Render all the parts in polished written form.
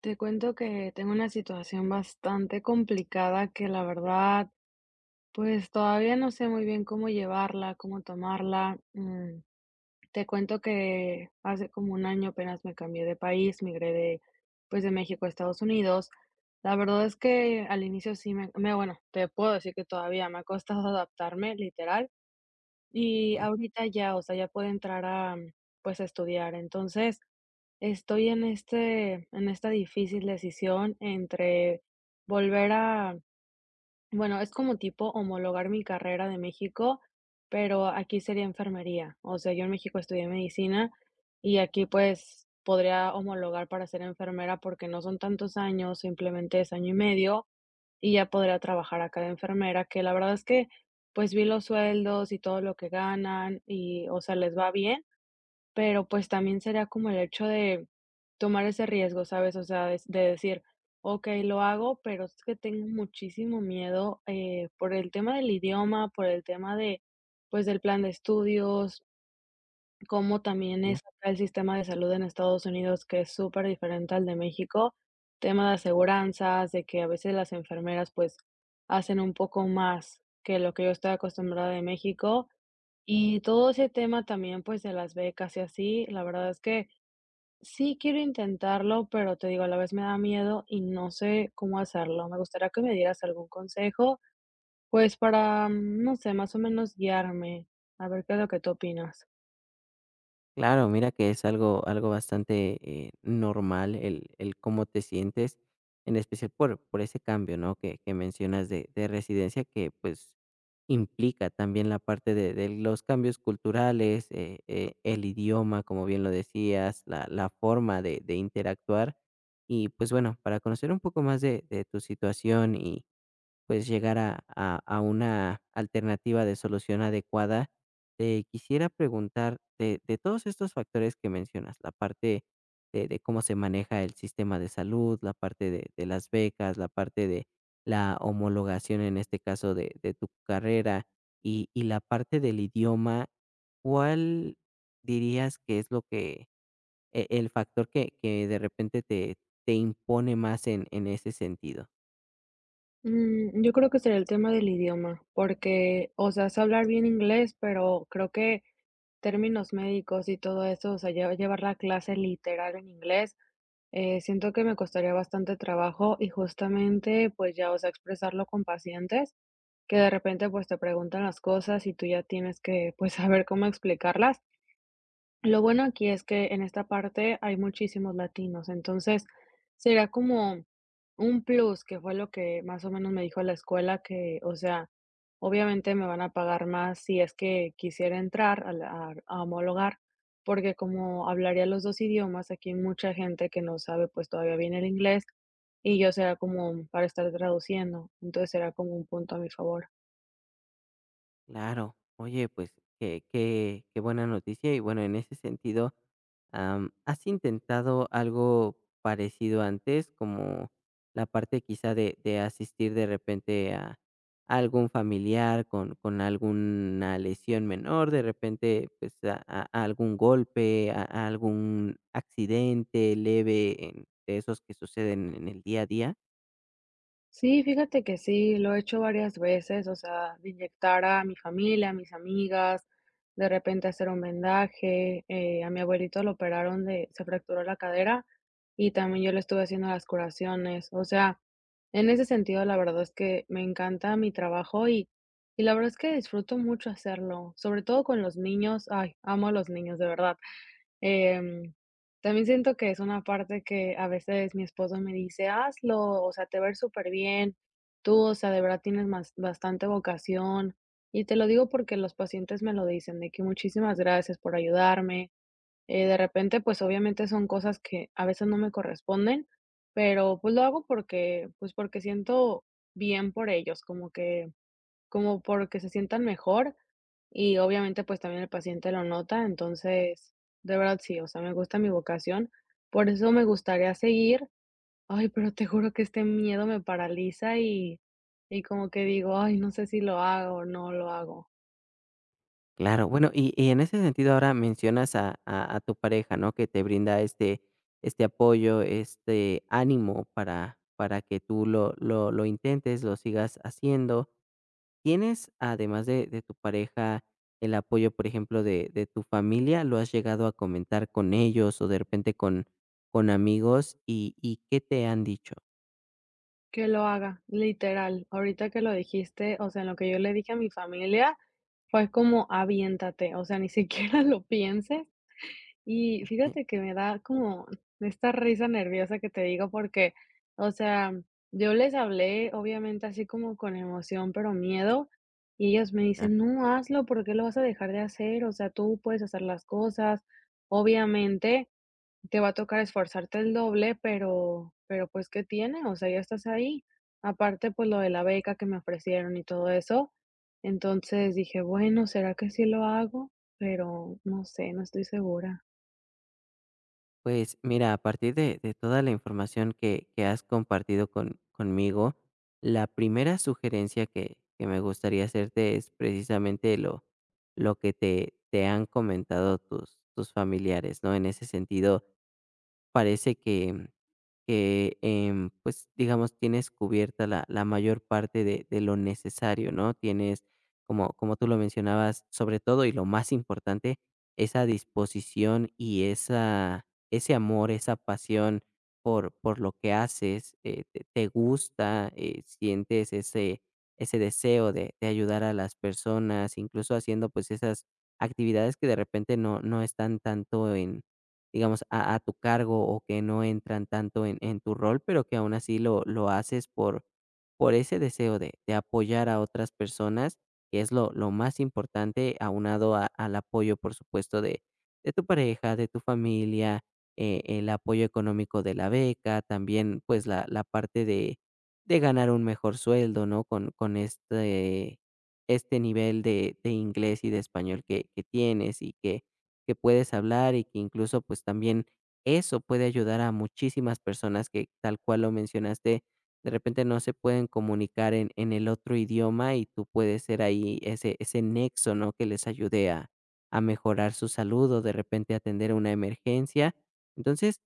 Te cuento que tengo una situación bastante complicada que la verdad, pues todavía no sé muy bien cómo llevarla, cómo tomarla. Te cuento que hace como un año apenas me cambié de país, migré de, pues de México a Estados Unidos. La verdad es que al inicio sí bueno, te puedo decir que todavía me ha costado adaptarme, literal. Y Sí, ahorita ya, o sea, ya puedo entrar a, pues a estudiar. Entonces, estoy en esta difícil decisión entre volver a, bueno, es como tipo homologar mi carrera de México, pero aquí sería enfermería. O sea, yo en México estudié medicina y aquí, pues, podría homologar para ser enfermera porque no son tantos años, simplemente es año y medio, y ya podría trabajar acá de enfermera, que la verdad es que, pues, vi los sueldos y todo lo que ganan y, o sea, les va bien. Pero, pues, también sería como el hecho de tomar ese riesgo, ¿sabes? O sea, de decir: "Okey, lo hago, pero es que tengo muchísimo miedo, por el tema del idioma, por el tema de, pues, del plan de estudios", cómo también cla es acá el sistema de salud en Estados Unidos, que es súper diferente al de México, tema de aseguranzas, de que a veces las enfermeras, pues, hacen un poco más que lo que yo estoy acostumbrada de México, y todo ese tema también, pues, de las becas y así. La verdad es que sí quiero intentarlo, pero te digo, a la vez me da miedo y no sé cómo hacerlo. Me gustaría que me dieras algún consejo, pues, para, no sé, más o menos guiarme, a ver qué es lo que tú opinas. claro, mira que es algo bastante, normal el cómo te sientes, en especial por ese cambio, ¿no?, que mencionas de residencia que, pues, implica también la parte de los cambios culturales, el idioma, como bien lo decías, la forma de interactuar. Y, pues, bueno, para conocer un poco más de tu situación y pues llegar a, a una alternativa de solución adecuada. Te quisiera preguntar de todos estos factores que mencionas, la parte de cómo se maneja el sistema de salud, la parte de las becas, la parte de la homologación en este caso de tu carrera y la parte del idioma, ¿cuál dirías que es lo que, el factor que de repente te, te impone más en ese sentido? Yo creo que sería el tema del idioma, porque, o sea, sé hablar bien inglés, pero creo que términos médicos y todo eso, o sea, llevar la clase literal en inglés. Siento que me costaría bastante trabajo y justamente, pues ya, o sea, expresarlo con pacientes que de repente, pues te preguntan las cosas y tú ya tienes que, pues, saber cómo explicarlas. Lo bueno aquí es que en esta parte hay muchísimos latinos, entonces será como un plus, que fue lo que más o menos me dijo la escuela que, o sea, obviamente me van a pagar más si es que quisiera entrar a a homologar, porque como hablaría los dos idiomas, aquí hay mucha gente que no sabe pues todavía bien el inglés y yo será como para estar traduciendo, entonces será como un punto a mi favor. Claro. Oye, pues, qué buena noticia. Y bueno, en ese sentido, ¿has intentado algo parecido antes? Como la parte quizá de asistir de repente a algún familiar con alguna lesión menor, de repente, pues, a a algún golpe, a algún accidente leve en de esos que suceden en el día a día. Sí, fíjate que sí, lo he hecho varias veces, o sea, de inyectar a mi familia, a mis amigas, de repente hacer un vendaje, a mi abuelito lo operaron de, se fracturó la cadera y también yo le estuve haciendo las curaciones. O sea, en ese sentido la verdad es que me encanta mi trabajo y la verdad es que disfruto mucho hacerlo, sobre todo con los niños, ay, amo a los niños, de verdad. Em, También siento que es una parte que a veces mi esposo me dice: "Hazlo, o sea, te va súper bien. Tú, o sea, de verdad tienes más bastante vocación". Y te lo digo porque los pacientes me lo dicen, de que: "Muchísimas gracias por ayudarme". De repente, pues, obviamente son cosas que a veces no me corresponden, pero, pues, lo hago porque, pues, porque siento bien por ellos, como que como porque se sientan mejor y obviamente, pues, también el paciente lo nota. Entonces, de verdad sí, o sea, me gusta mi vocación, por eso me gustaría seguir. Ay, pero te juro que este miedo me paraliza y como que digo: "Ay, no sé si lo hago o no lo hago". Claro, bueno, y en ese sentido ahora mencionas a a tu pareja, ¿no? Que te brinda este apoyo, este ánimo para que tú lo intentes, lo sigas haciendo. ¿Tienes, además de tu pareja, el apoyo, por ejemplo, de tu familia? ¿Lo has llegado a comentar con ellos o de repente con amigos? ¿Y qué te han dicho? Que lo haga, literal. Ahorita que lo dijiste, o sea, en lo que yo le dije a mi familia fue como: "Aviéntate, o sea, ni siquiera lo pienses". Y Eh, fíjate que me da como esta risa nerviosa que te digo porque, o sea, yo les hablé, obviamente, así como con emoción, pero miedo, y ellos me ah. dicen: "No, hazlo, ¿por qué lo vas a dejar de hacer? O sea, tú puedes hacer las cosas. Obviamente, te va a tocar esforzarte el doble, pero, pues, ¿qué tiene? O sea, ya estás ahí". Aparte, pues, lo de la beca que me ofrecieron y todo eso. Entonces dije: "Bueno, ¿será que sí lo hago?". Pero no sé, no estoy segura. Pues mira, a partir de toda la información que has compartido con, conmigo, la primera sugerencia que me gustaría hacerte es precisamente lo que te han comentado tus, tus familiares, ¿no? En ese sentido, parece que pues, digamos, tienes cubierta la, la mayor parte de lo necesario, ¿no? Tienes, como, como tú lo mencionabas, sobre todo y lo más importante, esa disposición y esa, ese amor, esa pasión por lo que haces, te, te gusta, sientes ese, ese deseo de ayudar a las personas, incluso haciendo pues esas actividades que de repente no, no están tanto en, digamos, a tu cargo o que no entran tanto en tu rol, pero que aún así lo haces por ese deseo de apoyar a otras personas, que es lo más importante, aunado al apoyo, por supuesto, de tu pareja, de tu familia, el apoyo económico de la beca, también pues la parte de ganar un mejor sueldo, ¿no? Con este, este nivel de inglés y de español que tienes y que puedes hablar y que incluso pues también eso puede ayudar a muchísimas personas que tal cual lo mencionaste, de repente no se pueden comunicar en el otro idioma y tú puedes ser ahí ese, ese nexo, ¿no? Que les ayude a mejorar su salud o de repente atender una emergencia. Entonces,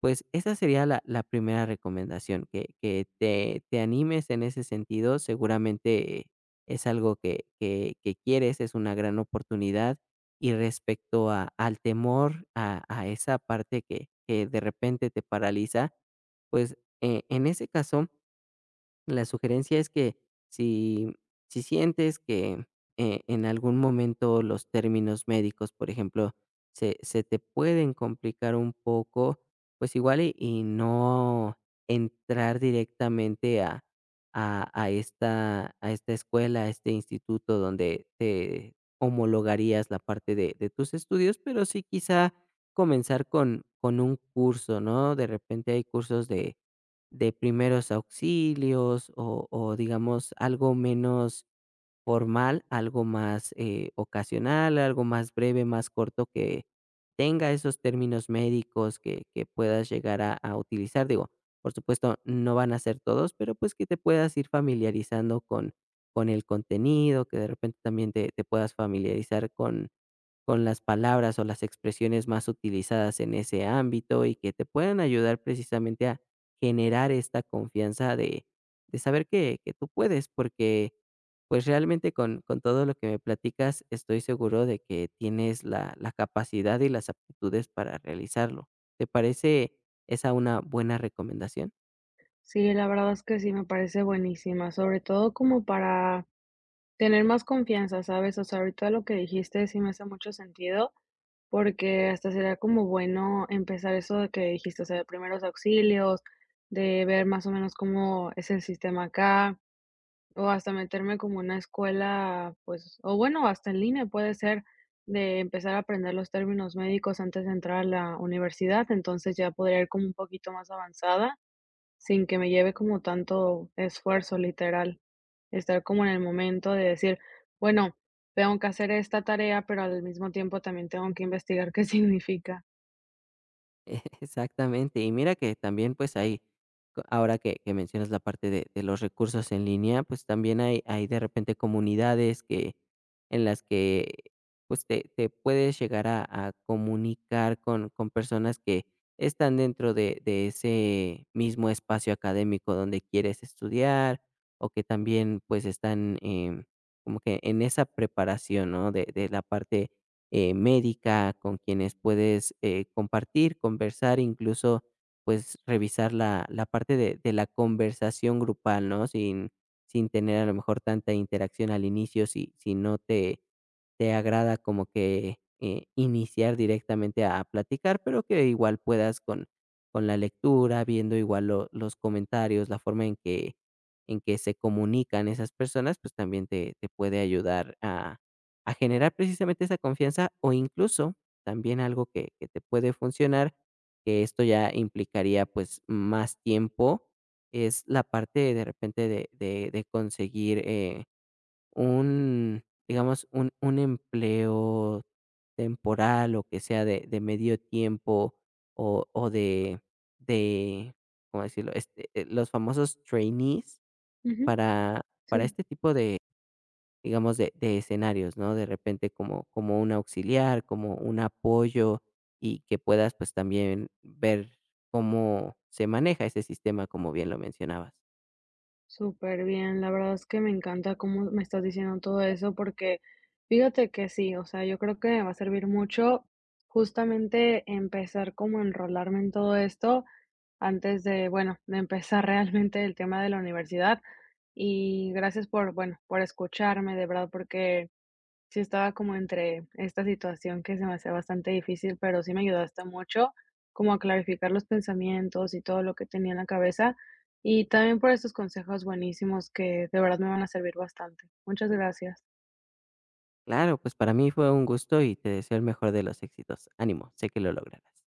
pues esa sería la, la primera recomendación, que te animes en ese sentido. Seguramente es algo que quieres, es una gran oportunidad y respecto a al temor, a esa parte que de repente te paraliza, pues, en ese caso la sugerencia es que si, si sientes que en algún momento los términos médicos, por ejemplo, se te pueden complicar un poco, pues igual y no entrar directamente a esta escuela, a este instituto donde te homologarías la parte de tus estudios, pero sí quizá comenzar con un curso, ¿no? De repente hay cursos de primeros auxilios o digamos algo menos formal, algo más ocasional, algo más breve, más corto que tenga esos términos médicos que puedas llegar a utilizar. Digo, por supuesto, no van a ser todos, pero pues que te puedas ir familiarizando con el contenido, que de repente también te puedas familiarizar con las palabras o las expresiones más utilizadas en ese ámbito y que te puedan ayudar precisamente a generar esta confianza de saber que tú puedes, porque pues realmente con todo lo que me platicas estoy seguro de que tienes la, la capacidad y las aptitudes para realizarlo. ¿Te parece esa una buena recomendación? Sí, la verdad es que sí, me parece buenísima, sobre todo como para tener más confianza, ¿sabes? O sea, ahorita lo que dijiste sí me hace mucho sentido, porque hasta sería como bueno empezar eso de que dijiste, o sea, de primeros auxilios, de ver más o menos cómo es el sistema acá, o hasta meterme como una escuela, pues, o bueno, hasta en línea puede ser, de empezar a aprender los términos médicos antes de entrar a la universidad, entonces ya podría ir como un poquito más avanzada. Sin que me lleve como tanto esfuerzo, literal. Estar como en el momento de decir, bueno, tengo que hacer esta tarea, pero al mismo tiempo también tengo que investigar qué significa. Exactamente. Y mira que también, pues, ahí, ahora que mencionas la parte de los recursos en línea, pues también hay de repente comunidades que, en las que pues te puedes llegar a comunicar con personas que están dentro de ese mismo espacio académico donde quieres estudiar o que también pues están como que en esa preparación, ¿no? De la parte médica, con quienes puedes compartir, conversar, incluso pues revisar la, la parte de la conversación grupal, ¿no? Sin, sin tener a lo mejor tanta interacción al inicio, si, si no te, te agrada como que iniciar directamente a platicar, pero que igual puedas con la lectura, viendo igual los comentarios, la forma en que se comunican esas personas, pues también te puede ayudar a generar precisamente esa confianza o incluso también algo que te puede funcionar, que esto ya implicaría pues más tiempo, es la parte de repente de, de conseguir un, digamos, un empleo temporal o que sea de medio tiempo o de, ¿cómo decirlo? Este, los famosos trainees Ujú, para, para sí, este tipo de, digamos, de escenarios, ¿no? De repente como, como un auxiliar, como un apoyo y que puedas pues también ver cómo se maneja ese sistema, como bien lo mencionabas. súper bien. La verdad es que me encanta cómo me estás diciendo todo eso, porque fíjate que sí, o sea, yo creo que me va a servir mucho justamente empezar como a enrolarme en todo esto antes de, bueno, de empezar realmente el tema de la universidad. Y gracias por, bueno, por escucharme, de verdad, porque sí estaba como entre esta situación que se me hacía bastante difícil, pero sí me ayudaste mucho como a clarificar los pensamientos y todo lo que tenía en la cabeza. Y también por estos consejos buenísimos que de verdad me van a servir bastante. Muchas gracias. Claro, pues para mí fue un gusto y te deseo el mejor de los éxitos. Ánimo, sé que lo lograrás.